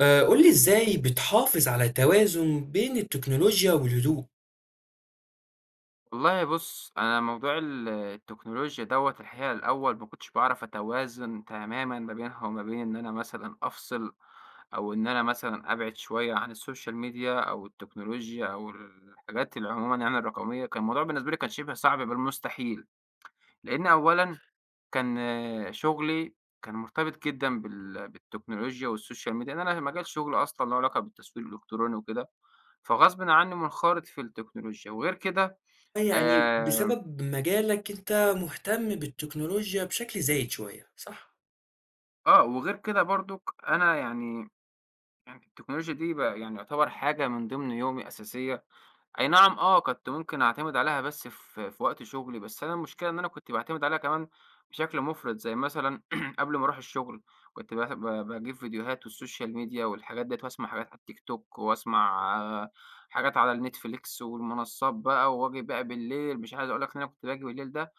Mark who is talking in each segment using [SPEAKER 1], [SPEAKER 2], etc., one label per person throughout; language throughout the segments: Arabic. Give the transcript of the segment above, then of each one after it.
[SPEAKER 1] قُل لي إزاي بتحافظ على توازن بين التكنولوجيا والهدوء؟
[SPEAKER 2] والله بُص، أنا موضوع التكنولوجيا دوّة الحقيقة الأول ما كنتش باعرف أتوازن تمامًا ما بينها وما بين إن أنا مثلًا أفصل، أو إن أنا مثلًا أبعد شوية عن السوشيال ميديا أو التكنولوجيا أو الحاجات اللي عمومًا يعني الرقمية، كان الموضوع بالنسبة لي كان شِبه صعب بل مستحيل، لإن أولًا كان شغلي كان مرتبط جدًا بالتكنولوجيا والسوشيال ميديا، لإن أنا مجال شغلي أصلًا له علاقة بالتسويق الإلكتروني وكده، فغصبٍ عنّي منخرط في التكنولوجيا، وغير كده
[SPEAKER 1] يعني
[SPEAKER 2] آآ
[SPEAKER 1] بسبب مجالك أنت مهتم بالتكنولوجيا بشكل زايد شوية، صح؟
[SPEAKER 2] آه، وغير كده برضُك أنا يعني يعني التكنولوجيا دي بقى يعني يعتبر حاجة من ضمن يومي أساسية، أي نعم آه، كنت ممكن أعتمد عليها بس في وقت شغلي، بس أنا المشكلة إن أنا كنت باعتمد عليها كمان بشكل مُفرط، زي مثلًا قبل ما أروح الشغل كنت باس ب باجيب فيديوهات والسوشيال ميديا والحاجات ديّة وأسمع حاجات على التيك توك وأسمع حاجات على النتفليكس والمنصات بقى، وآجي بقى بالليل مش عايز أقول لك إن أنا كنت باجي بالليل ده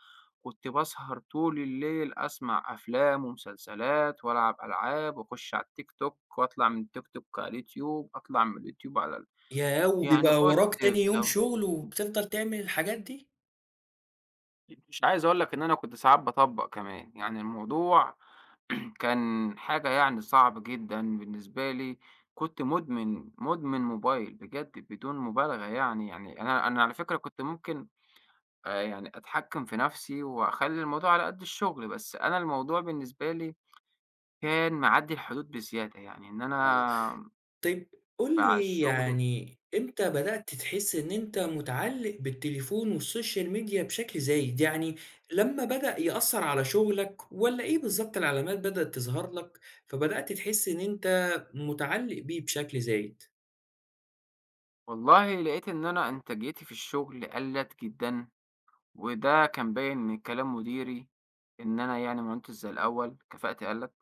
[SPEAKER 2] كنت باسهر طول الليل أسمع أفلام ومسلسلات وألعب ألعاب وأخش على التيك توك وأطلع من التيك توك على اليوتيوب أطلع من اليوتيوب على ال
[SPEAKER 1] ياه!
[SPEAKER 2] يعني
[SPEAKER 1] وبيبقى
[SPEAKER 2] كنت
[SPEAKER 1] وراك تاني
[SPEAKER 2] في
[SPEAKER 1] يوم
[SPEAKER 2] دو
[SPEAKER 1] شغل وبتفضل تعمل الحاجات دي؟
[SPEAKER 2] مش عايز أقول لك إن أنا كنت ساعات باطبّق كمان، يعني الموضوع كان حاجة يعني صعبة جدًا بالنسبة لي، كنت مدمن، مدمن موبايل بجد بدون مبالغة يعني، يعني أنا على فكرة كنت ممكن يعني أتحكّم في نَفْسي وأخلّي الموضوع على قد الشغل، بس أنا الموضوع بالنسبة لي كان معدّي الحدود بزيادة، يعني إن أنا
[SPEAKER 1] طيب قُل
[SPEAKER 2] مع
[SPEAKER 1] لي
[SPEAKER 2] الشغل
[SPEAKER 1] يعني إمتى بدأت تحس إن أنت مُتعلّق بالتليفون والسوشيال ميديا بشكل زايد، يعني لمّا بدأ يأثّر على شغلك والّا إيه بالضبط العلامات بدأت تظهر لك، فبدأت تحس إن أنت مُتعلّق بيه بشكل زايد؟
[SPEAKER 2] والله لقيت إن أنا إنتاجيتي في الشغل قَلّت جدًا، وده كان باين من كلام مديري إن أنا يعني ما عُدتش زي الأول، كفاءتي قَلّت.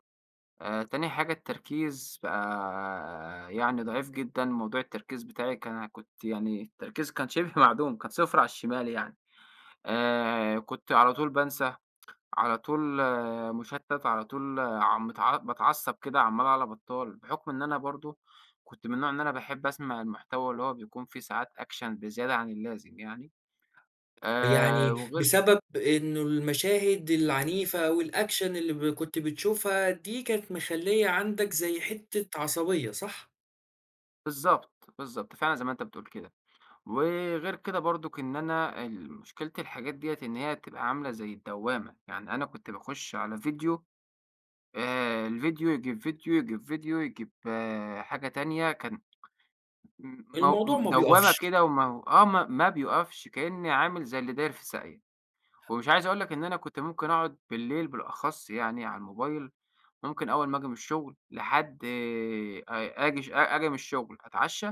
[SPEAKER 2] تاني حاجة التركيز بقى يعني ضعيف جدًا، موضوع التركيز بتاعي كان أنا كنت يعني التركيز كان شِبه معدوم، كان صفر على الشمال يعني. كنت على طول بانسى على طول آه، مشتت، على طول ع متع باتعصب كده عمّال على بطّال، بحكم إن أنا برضه كنت من النوع إن أنا باحب أسمع المحتوى اللي هو بيكون فيه ساعات action بزيادة عن اللازم يعني،
[SPEAKER 1] يعني
[SPEAKER 2] وغير
[SPEAKER 1] بسبب إنه المشاهد العنيفة والAction اللي ب كنت بتشوفها دي كانت مخلّية عندك زي حتّة عصبية صح؟
[SPEAKER 2] بالضبط، بالضبط، فعلًا زي ما أنت بتقول كده، وغير كده برضُك إن أنا مشكلة الحاجات ديّة إن هي بتبقى عاملة زي الدوّامة، يعني أنا كنت باخش على فيديو الفيديو يجيب فيديو، يجيب فيديو، يجيب حاجة تانية، كان إمم، مو م
[SPEAKER 1] الموضوع ما
[SPEAKER 2] دوّامة
[SPEAKER 1] بيقفش.
[SPEAKER 2] كده وما هو آه، ما بيوقفش، كإني عامل زي اللي داير في ساقية، ومش عايز أقول لك إن أنا كنت ممكن أقعد بالليل بالأخص يعني على الموبايل، ممكن أول ما آجي من الشغل لحد آجي من الشغل أتعشى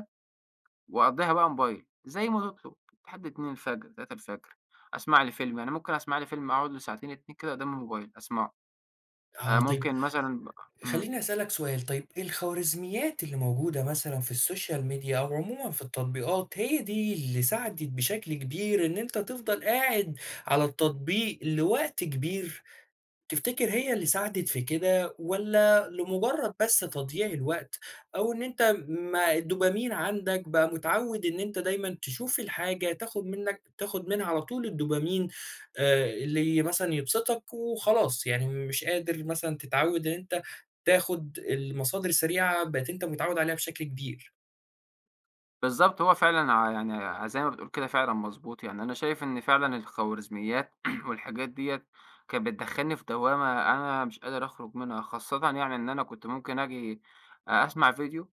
[SPEAKER 2] وأقضيها بقى موبايل، زي ما تطلب، لحد 02:00، 03:00 أسمع لي فيلم، يعني ممكن أسمع لي فيلم أقعد له ساعتين، 2 كده قدام الموبايل أسمعه،
[SPEAKER 1] آه، طيب
[SPEAKER 2] ممكن مثلًا إمم.
[SPEAKER 1] خلّيني أسألك سؤال، طيب الخوارزميات اللي موجودة مثلًا في السوشيال ميديا أو عمومًا في التطبيقات، هي دي اللي ساعدِت بشكل كبير إن أنت تفضل قاعد على التطبيق لوقت كبير؟ تفتكر هي اللي ساعدِت في كده والّا لمجرد بس تضييع الوقت، أو إن أنت ما الدوبامين عندك بقى متعوّد إن أنت دايمًا تشوف الحاجة تاخد منك تاخد منها على طول الدوبامين، اللي مثلًا يبسطك وخلاص، يعني مش قادر مثلًا تتعوّد إن أنت تاخد المصادر السريعة بقيت أنت متعوّد عليها بشكل كبير،
[SPEAKER 2] بالضبط، هو فعلًا زي ما بتقول كده فعلًا مضبوط، يعني أنا شايف إن فعلًا الخوارزميات والحاجات ديّة كانت بتدخّلني في دوّامة أنا مش قادر أخرج منها، خاصةً يعني إن أنا كنت ممكن آجي أسمع فيديو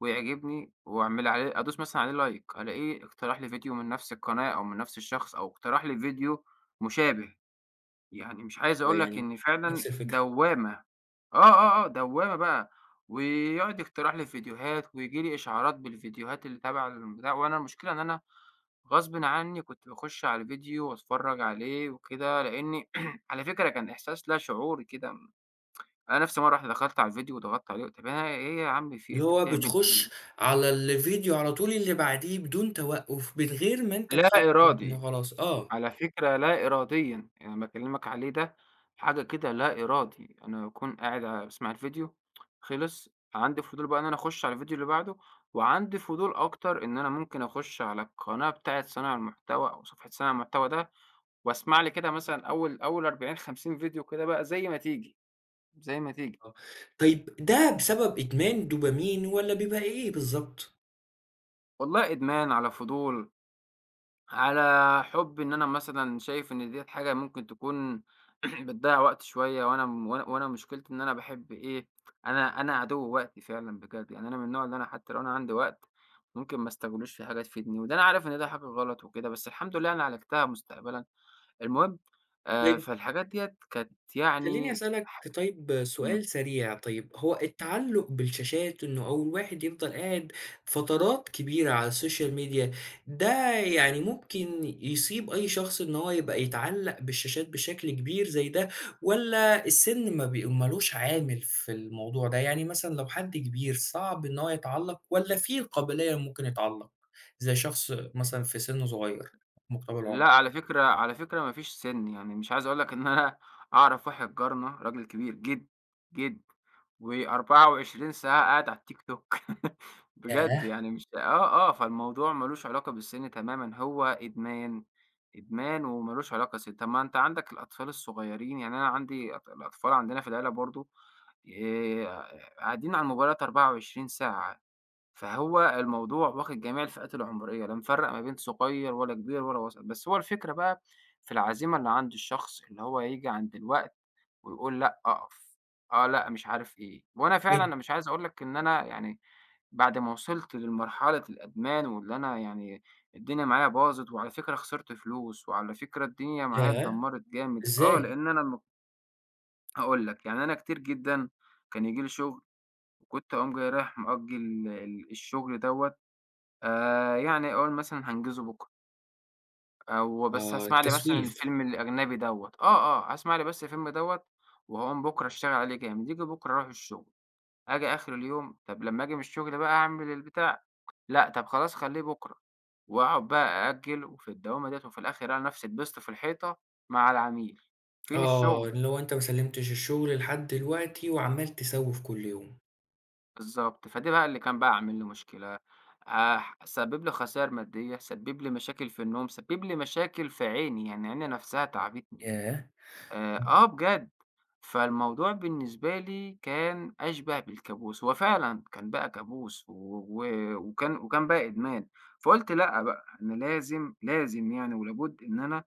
[SPEAKER 2] ويعجبني وأعمل عليه أدوس مثلًا عليه like ألاقيه اقترح لي فيديو من نفس القناة أو من نفس الشخص أو اقترح لي فيديو مشابه، يعني مش عايز أقول لك
[SPEAKER 1] فيعني
[SPEAKER 2] إن فعلًا
[SPEAKER 1] نفس الفكرة،
[SPEAKER 2] دوّامة. آه، آه، آه، دوّامة بقى، ويقعد يقترح لي فيديوهات وييجي لي إشعارات بالفيديوهات اللي تبع البتاع، وأنا المشكلة إن أنا غصبٍ عني كنت باخش على الفيديو وأتفرّج عليه وكده، لإني على فكرة كان إحساس لا شعوري كده، أنا نفسي مرّة واحدة دخلت على الفيديو وضغطت عليه، طَب أنا إيه يا عم في إيه،
[SPEAKER 1] اللي
[SPEAKER 2] أنت
[SPEAKER 1] هو
[SPEAKER 2] بتعمل
[SPEAKER 1] بتخش
[SPEAKER 2] إيه؟
[SPEAKER 1] على الفيديو على طول اللي بعديه بدون توقف، من غير ما أنت
[SPEAKER 2] لا
[SPEAKER 1] تحكّم إنه
[SPEAKER 2] إرادي.
[SPEAKER 1] خلاص آه.
[SPEAKER 2] على فكرة لا إراديًا، يعني أنا باكلّمك عليه ده حاجة كده لا إرادي، أنا باكون قاعد باسمع الفيديو خلص، عندي فضول بقى إن أنا أخُش على الفيديو اللي بعده، وعندي فضول أكتر إن أنا ممكن أخُش على القناة بتاعة صانع المحتوى أو صفحة صانع المحتوى ده، وأسمع لي كده مثلًا أول 40، 50 فيديو كده بقى زي ما تيجي، زي ما تيجي،
[SPEAKER 1] آه، طيب ده بسبب إدمان دوبامين والّا بيبقى إيه بالضبط؟
[SPEAKER 2] والله إدمان على فضول. على حُب إن أنا مثلًا شايف إن ديّة حاجة ممكن تكون بتضيّع وقت شوية وأنا م وأنا وأنا مشكلتي إن أنا باحب إيه، أنا عدو وقتي فعلًا بجد، يعني أنا من النوع اللي أنا حتى لو أنا عندي وقت ممكن ما استغلّوش في حاجة تفيدني، وده أنا عارف إن ده حاجة غلط وكده، بس الحمد لله أنا عالجتها مستقبلًا. المهم فالحاجات ديّة كانت
[SPEAKER 1] خلّيني
[SPEAKER 2] يعني
[SPEAKER 1] أسألك طيب
[SPEAKER 2] إمم.
[SPEAKER 1] سؤال سريع طيب، هو التعلُّق بالشاشات إنه أو الواحد يفضل قاعد فترات كبيرة على السوشيال ميديا، ده يعني ممكن يصيب أي شخص إن هو يبقى يتعلّق بالشاشات بشكل كبير زي ده والّا السِن ما بي ما لوش عامل في الموضوع ده؟ يعني مثلًا لو حد كبير صعب إن هو يتعلّق والّا في القابلية ممكن يتعلّق، زي شخص مثلًا في سِن صغير مقتبل
[SPEAKER 2] لأ،
[SPEAKER 1] العمر؟
[SPEAKER 2] على فكرة على فكرة ما فيش سِن، يعني مش عايز أقول لك إن أنا أعرف واحد جارنا راجل كبير جد جد و24 ساعة قاعد على التيك توك بجد
[SPEAKER 1] ياه!
[SPEAKER 2] يعني مش آه، آه، فالموضوع ما لوش علاقة بالسِن تمامًا، هو إدمان، إدمان وما لوش علاقة سِن. طب ما أنت عندك الأطفال الصغيّرين، يعني أنا عندي الأطفال عندنا في العيلة برضه آآ قاعدين على الموبايلات 24 ساعة، فهو الموضوع واخد جميع الفئات العمرية، لا مفرّق ما بين صغير ولا كبير ولا وسط، بس هو الفكرة بقى في العزيمة اللي عند الشخص، اللي هو ييجي عند الوقت ويقول لأ أقف، آه لأ مش عارف إيه، وأنا فعلًا
[SPEAKER 1] أي
[SPEAKER 2] أنا مش عايز أقول لك إن أنا يعني بعد ما وصلت لمرحلة الإدمان واللي أنا يعني الدنيا معايا باظت، وعلى فكرة خسرت فلوس، وعلى فكرة الدنيا معايا
[SPEAKER 1] ياه!
[SPEAKER 2] اتدمّرت جامد، آه
[SPEAKER 1] إزاي؟
[SPEAKER 2] لإن أنا م هاقول لك يعني أنا كتير جدًا كان ييجي لي شغل وكنت أقوم جاي رايح مأجّل الشغل دوّة يعني أقول مثلًا هانجزه بُكرة أو بس
[SPEAKER 1] آه،
[SPEAKER 2] هاسمع لي مثلًا
[SPEAKER 1] التسويف.
[SPEAKER 2] الفيلم الأجنبي دوّة، آه، آه، هاسمع لي بس الفيلم دوّة وهاقوم بُكرة أشتغل عليه جامد، ييجي بُكرة أروح الشغل، آجي آخر اليوم طب لمّا آجي من الشغل بقى أعمل البتاع، لأ طب خلاص خلّيه بُكرة، وأقعد بقى أأجل وفي الدوامة ديّة وفي الآخر ألاقي نفسي اتبِست في الحيطة مع العميل، فين
[SPEAKER 1] آه،
[SPEAKER 2] الشغل؟
[SPEAKER 1] اللي هو أنت ما سلّمتش الشغل لحد دلوقتي وعمّال تسوّف كل يوم.
[SPEAKER 2] بالضبط، فده بقى اللي كان بقى عامل لي مشكلة، سبِّب لي خسائر مادية، سبِّب لي مشاكل في النوم، سبِّب لي مشاكل في عيني، يعني عيني نفسها تعبتني.
[SPEAKER 1] ياه!
[SPEAKER 2] آه بجد. فالموضوع بالنسبة لي كان أشبه بالكابوس، هو فعلًا كان بقى كابوس و و وكان وكان بقى إدمان، فقُلت لأ بقى، أنا لازم، لازم يعني ولابد إن أنا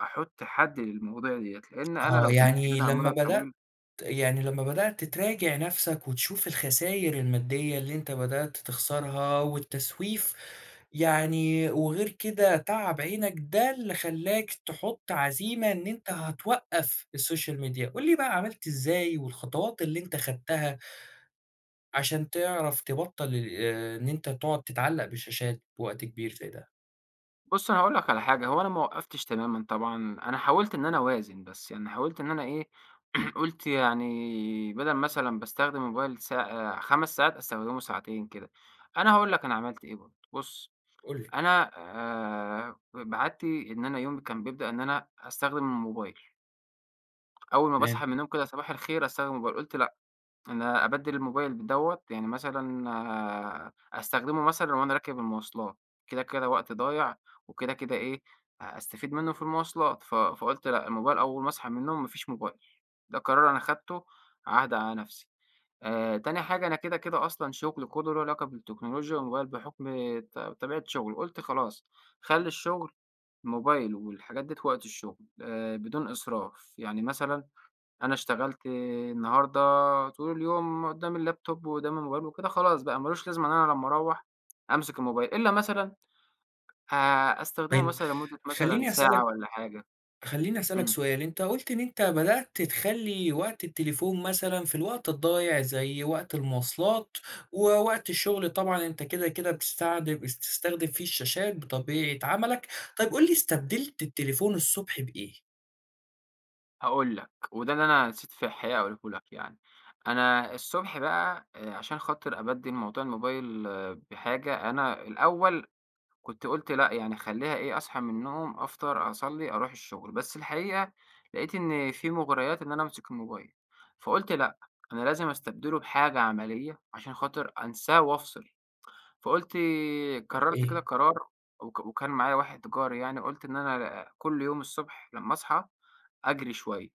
[SPEAKER 2] أحُط حد للمواضيع ديّة، لإن أنا
[SPEAKER 1] آه،
[SPEAKER 2] لو تنِّيت كده
[SPEAKER 1] يعني
[SPEAKER 2] على المدى
[SPEAKER 1] لمّا بدأت
[SPEAKER 2] الطويل
[SPEAKER 1] يعني لمّا بدأت تراجع نَفْسك وتشوف الخساير المادية اللي أنت بدأت تخسرها والتسويف، يعني وغير كده تعب عينك ده اللي خلّاك تحُط عزيمة إن أنت هتوقّف السوشيال ميديا. قُل لي بقى عملت إزاي والخطوات اللي أنت خدتها عشان تعرف تبطّل ال إن أنت تقعد تتعلّق بالشاشات بوقت كبير زي ده؟
[SPEAKER 2] بُص أنا هاقول لك على حاجة، هو أنا ما وقّفتش تمامًا طبعًا، أنا حاولت إن أنا أوازن، بس يعني حاولت إن أنا إيه، قُلت يعني بدل مثلًا باستخدم الموبايل 5 ساعات أستخدمه ساعتين كده. أنا هاقول لك أنا عملت إيه برضه، بُص
[SPEAKER 1] قُل لي.
[SPEAKER 2] أنا بعادتي إن أنا يومي كان بيبدأ إن أنا أستخدم الموبايل، أول ما
[SPEAKER 1] تمام.
[SPEAKER 2] باصحى من النوم كده صباح الخير أستخدم الموبايل، قُلت لأ، أنا أبدِّل الموبايل دوّة يعني مثلًا آه أستخدمه مثلًا وأنا راكب المواصلات، كده، كده وقت ضايع وكده، كده إيه، هاستفيد منه في المواصلات، فقُلت لأ، الموبايل أول ما أصحى من النوم ما فيش موبايل، ده قرار أنا خدته عهد على نفسي. تاني حاجة أنا كده، كده أصلًا شغلي كُلّه له علاقة بالتكنولوجيا والموبايل بحُكم طبيعة شُغلي، قُلت خلاص خلّي الشغل موبايل والحاجات ديّة وقت الشغل بدون إسراف، يعني مثلًا أنا اشتغلت النهارده طول اليوم قُدّام اللابتوب وقُدّام الموبايل وكده خلاص بقى ما لوش لازمة إن أنا لمّا أروّح أمسك الموبايل، إلا مثلًا ه أستخدمه
[SPEAKER 1] طيب
[SPEAKER 2] مثلًا لمدة مثلًا
[SPEAKER 1] خلّيني
[SPEAKER 2] ساعة
[SPEAKER 1] أسألك
[SPEAKER 2] والّا حاجة،
[SPEAKER 1] خلّيني أسألك
[SPEAKER 2] إمم.
[SPEAKER 1] سؤال، أنت قُلت إن أنت بدأت تخلّي وقت التليفون مثلًا في الوقت الضايع زي وقت المواصلات ووقت الشغل طبعًا أنت كده، كده بتستعد بتستخدم فيه الشاشات بطبيعة عملك. طيب قُل لي استبدلت التليفون الصبح بإيه
[SPEAKER 2] هاقول لك، وده اللي أنا نسيت في الحقيقة أقوله لك يعني. أنا الصبح بقى عشان خاطر أبدِّل موضوع الموبايل آه، بحاجة، أنا الأول كنت قُلت لأ، يعني خلّيها إيه، أصحى من النوم، أفطر، أصلّي، أروح الشغل، بس الحقيقة لقيت إن في مُغريات إن أنا أمسك الموبايل، فقُلت لأ، أنا لازم أستبدله بحاجة عملية عشان خاطر أنساه وأفصل. فقُلت
[SPEAKER 1] أو
[SPEAKER 2] قرّرت كده
[SPEAKER 1] إيه؟
[SPEAKER 2] قرار وكان معايا واحد جاري يعني، قُلت إن أنا كل يوم الصبح لمّا أصحى أجري شوية.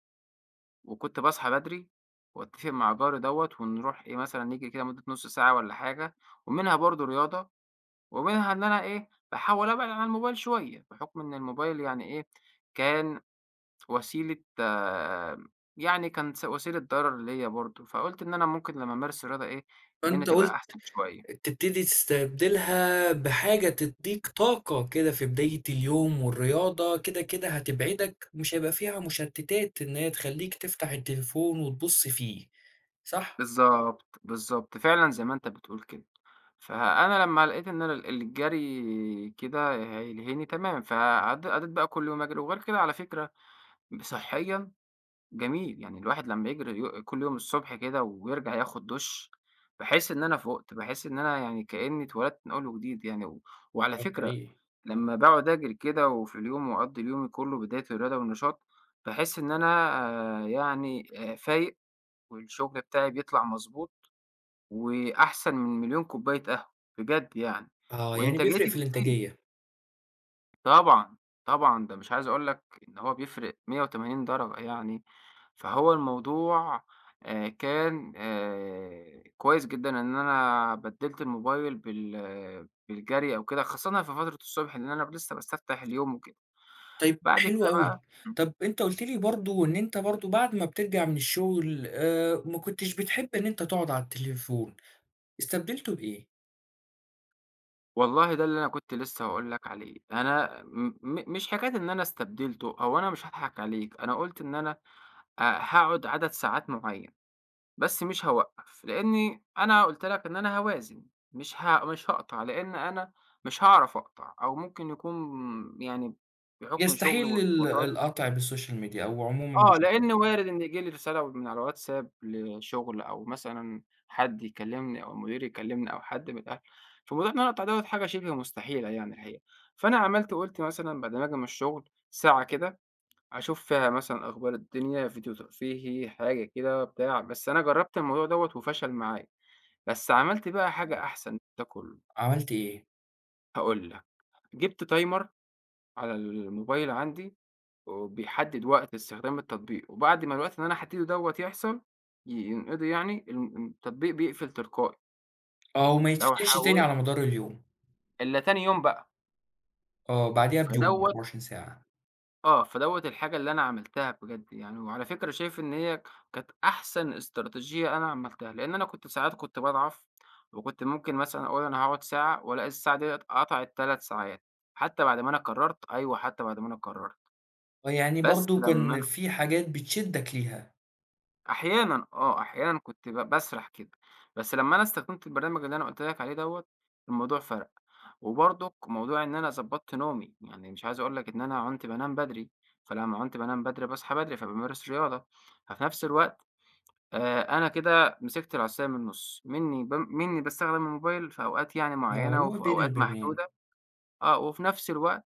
[SPEAKER 2] وكنت باصحى بدري وأتفق مع جاري دوّة ونروح إيه مثلًا نجري كده مدة نُص ساعة والّا حاجة، ومنها برضه رياضة، ومنها إن أنا إيه، باحاول أبعد عن الموبايل شوية، بحكم إن الموبايل يعني إيه، كان وسيلة آه يعني كان س وسيلة ضرر ليّا برضه، فقُلت إن أنا ممكن لمّا أمارس الرياضة إيه، الدنيا
[SPEAKER 1] فأنت
[SPEAKER 2] تبقى
[SPEAKER 1] قُلت
[SPEAKER 2] أحسن شوية.
[SPEAKER 1] تبتدي تستبدلها بحاجة تدّيك طاقة كده في بداية اليوم، والرياضة كده، كده هتبعدك مش هيبقى فيها مشتتات إن هي تخلّيك تفتح التليفون وتبُص فيه، صح؟
[SPEAKER 2] بالضبط، بالضبط، فعلًا زي ما أنت بتقول كده. فأنا لمّا لقيت إن أنا الجري كده هيلهيني تمام، عدِّيت بقى كل يوم أجري، وغير كده على فكرة صحيًا جميل، يعني الواحد لمّا يجري كل يوم الصبح كده ويرجع ياخد دُش، باحس إن أنا فُقت، باحس إن أنا يعني كإنّي اتولدت من أول وجديد يعني وعلى
[SPEAKER 1] كلام
[SPEAKER 2] فكرة
[SPEAKER 1] حقيقي.
[SPEAKER 2] لمّا باقعد أجري كده وفي اليوم وأقضّي اليوم كُلّه بداية الرياضة والنشاط، باحس إن أنا يعني فايق والشغل بتاعي بيطلع مضبوط وأحسن من مليون كوباية قهوة، بجد يعني،
[SPEAKER 1] آه، يعني بيفرق
[SPEAKER 2] وإنتاجيتي
[SPEAKER 1] في
[SPEAKER 2] بتزيد.
[SPEAKER 1] الإنتاجية.
[SPEAKER 2] طبعًا، طبعًا، ده مش عايز أقول لك إن هو بيفرق 180 درجة يعني، فهو الموضوع كان كويس جدًا إن أنا بدّلت الموبايل بالجري أو كده، خاصةً في فترة الصبح لإن أنا لسه باستفتح اليوم وكده،
[SPEAKER 1] طيب
[SPEAKER 2] بعد
[SPEAKER 1] حلو
[SPEAKER 2] كده بقى
[SPEAKER 1] أوي. طب أنت قُلت لي برضه إن أنت برضه بعد ما بترجع من الشغل، ما كنتش بتحب إن أنت تقعد على التليفون، استبدلته بإيه؟
[SPEAKER 2] والله ده اللي أنا كنت لسه هاقول لك عليه، أنا م م مش حكاية إن أنا استبدلته، هو أنا مش هاضحك عليك، أنا قُلت إن أنا هاقعد عدد ساعات معيّن. بس مش هاوقّف، لإني أنا قُلت لك إن أنا هاوازن، مش هاقطع، لإن أنا مش هاعرف أقطع أو ممكن يكون يعني بحُكم شُغلي
[SPEAKER 1] يستحيل ال
[SPEAKER 2] وارتباطاتي
[SPEAKER 1] القطع
[SPEAKER 2] وكده
[SPEAKER 1] بالسوشيال ميديا أو عمومًا
[SPEAKER 2] آه،
[SPEAKER 1] بشكل
[SPEAKER 2] لإن وارد إن ييجي لي رسالة من على الواتساب لشُغل أو مثلًا حد يكلّمني أو مديري يكلّمني أو حد من الأهل، فموضوع إن أنا أقطع دوّة حاجة شِبه مستحيلة يعني الحقيقة، فأنا عملت وقُلت مثلًا بعد ما آجي من الشُغل ساعة كده أشوف فيها مثلًا أخبار الدنيا، فيديو ترفيهي، حاجة كده بتاع، بس أنا جرّبت الموضوع دوّة وفشل معايا، بس عملت بقى حاجة
[SPEAKER 1] عام،
[SPEAKER 2] أحسن من ده كلّه،
[SPEAKER 1] عملت إيه؟
[SPEAKER 2] هاقول لك، جِبت timer على الموبايل عندي وبيحدد وقت استخدام التطبيق، وبعد ما الوقت اللي أنا حدّده دوّة يحصل ينقضي يعني التطبيق بيقفل تلقائي،
[SPEAKER 1] آه، وما
[SPEAKER 2] لو
[SPEAKER 1] يتفتحش تاني
[SPEAKER 2] حوّلت
[SPEAKER 1] على مدار اليوم،
[SPEAKER 2] إلّا تاني يوم بقى،
[SPEAKER 1] آه، بعديها بيوم، إمم.
[SPEAKER 2] فدوّة
[SPEAKER 1] 24 ساعة،
[SPEAKER 2] فدوّة الحاجة اللي أنا عملتها بجد يعني، وعلى فكرة شايف إن هي كانت أحسن استراتيجية أنا عملتها، لإن أنا كنت ساعات كنت باضعف، وكنت ممكن مثلًا أقول أنا هاقعد ساعة، وألاقي الساعة ديّة قطعت 3 ساعات، حتى بعد ما أنا قررت، أيوه حتى بعد ما أنا قررت،
[SPEAKER 1] فيعني
[SPEAKER 2] بس
[SPEAKER 1] برضه
[SPEAKER 2] لمّا
[SPEAKER 1] كان
[SPEAKER 2] أنا
[SPEAKER 1] في حاجات بتشدّك ليها،
[SPEAKER 2] أحيانًا آه، أحيانًا كنت باسرح كده، بس لمّا أنا استخدمت البرنامج اللي أنا قُلت لك عليه دوّة، الموضوع فرق. وبرضك موضوع إن أنا ضبّطت نومي، يعني مش عايز أقول لك إن أنا عُنت بانام بدري، فلمّا عُنت بانام بدري باصحى بدري، فبامارس رياضة، ففي نفس الوقت أنا كده مسكت العصاية من النُص، منّي باستخدم الموبايل في أوقات يعني
[SPEAKER 1] آه،
[SPEAKER 2] معيّنة
[SPEAKER 1] اللي هو
[SPEAKER 2] وفي
[SPEAKER 1] بين
[SPEAKER 2] أوقات
[SPEAKER 1] البابين.
[SPEAKER 2] محدودة، آه، وفي نفس الوقت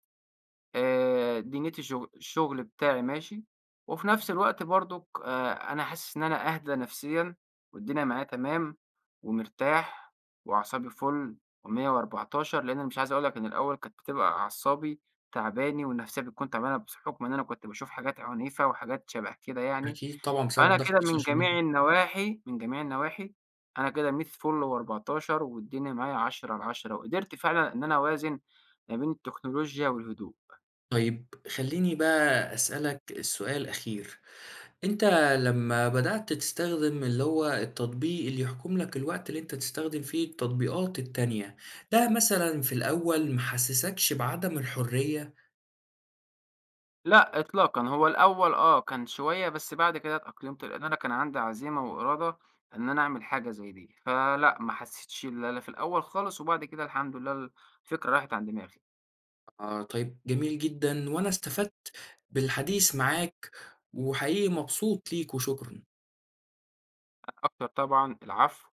[SPEAKER 2] دنيتي الشغل بتاعي ماشي، وفي نفس الوقت برضُك أنا حاسس إن أنا أهدى نفسيًا والدنيا معايا تمام ومرتاح وأعصابي فُل و114 لإن أنا مش عايز أقول لك إن الأول كانت بتبقى أعصابي تعباني والنفسية بتكون تعبانة بس حُكم إن أنا كنت باشوف حاجات عنيفة وحاجات شَبه كده يعني،
[SPEAKER 1] أكيد طبعًا بسبب
[SPEAKER 2] فأنا
[SPEAKER 1] ضغط
[SPEAKER 2] كده من
[SPEAKER 1] السوشيال
[SPEAKER 2] جميع
[SPEAKER 1] ميديا.
[SPEAKER 2] النواحي، من جميع النواحي أنا كده مِيَّة فُل و14 والدنيا معايا 10 على 10 وقدرت فعلًا إن أنا أوازن ما بين التكنولوجيا والهدوء.
[SPEAKER 1] طيب خلّيني بقى أسألك السؤال الأخير، أنت لمّا بدأت تستخدم اللي هو التطبيق اللي يحكم لك الوقت اللي أنت تستخدم فيه التطبيقات التانية، ده مثلًا في الأول ما حسّسكش بعدم الحرية؟
[SPEAKER 2] لأ إطلاقًا، هو الأول آه، كان شوية بس بعد كده اتأقلمت، لإن أنا كان عندي عزيمة وإرادة إن أنا أعمل حاجة زي دي، فلأ ما حسيتش لا لا في الأول خالص، وبعد كده الحمد لله الفكرة راحت عن دماغي.
[SPEAKER 1] آه، طيب جميل جدًا، وأنا استفدت بالحديث معاك، وحقيقي مبسوط ليك وشكرًا.
[SPEAKER 2] أكتر طبعًا العفو.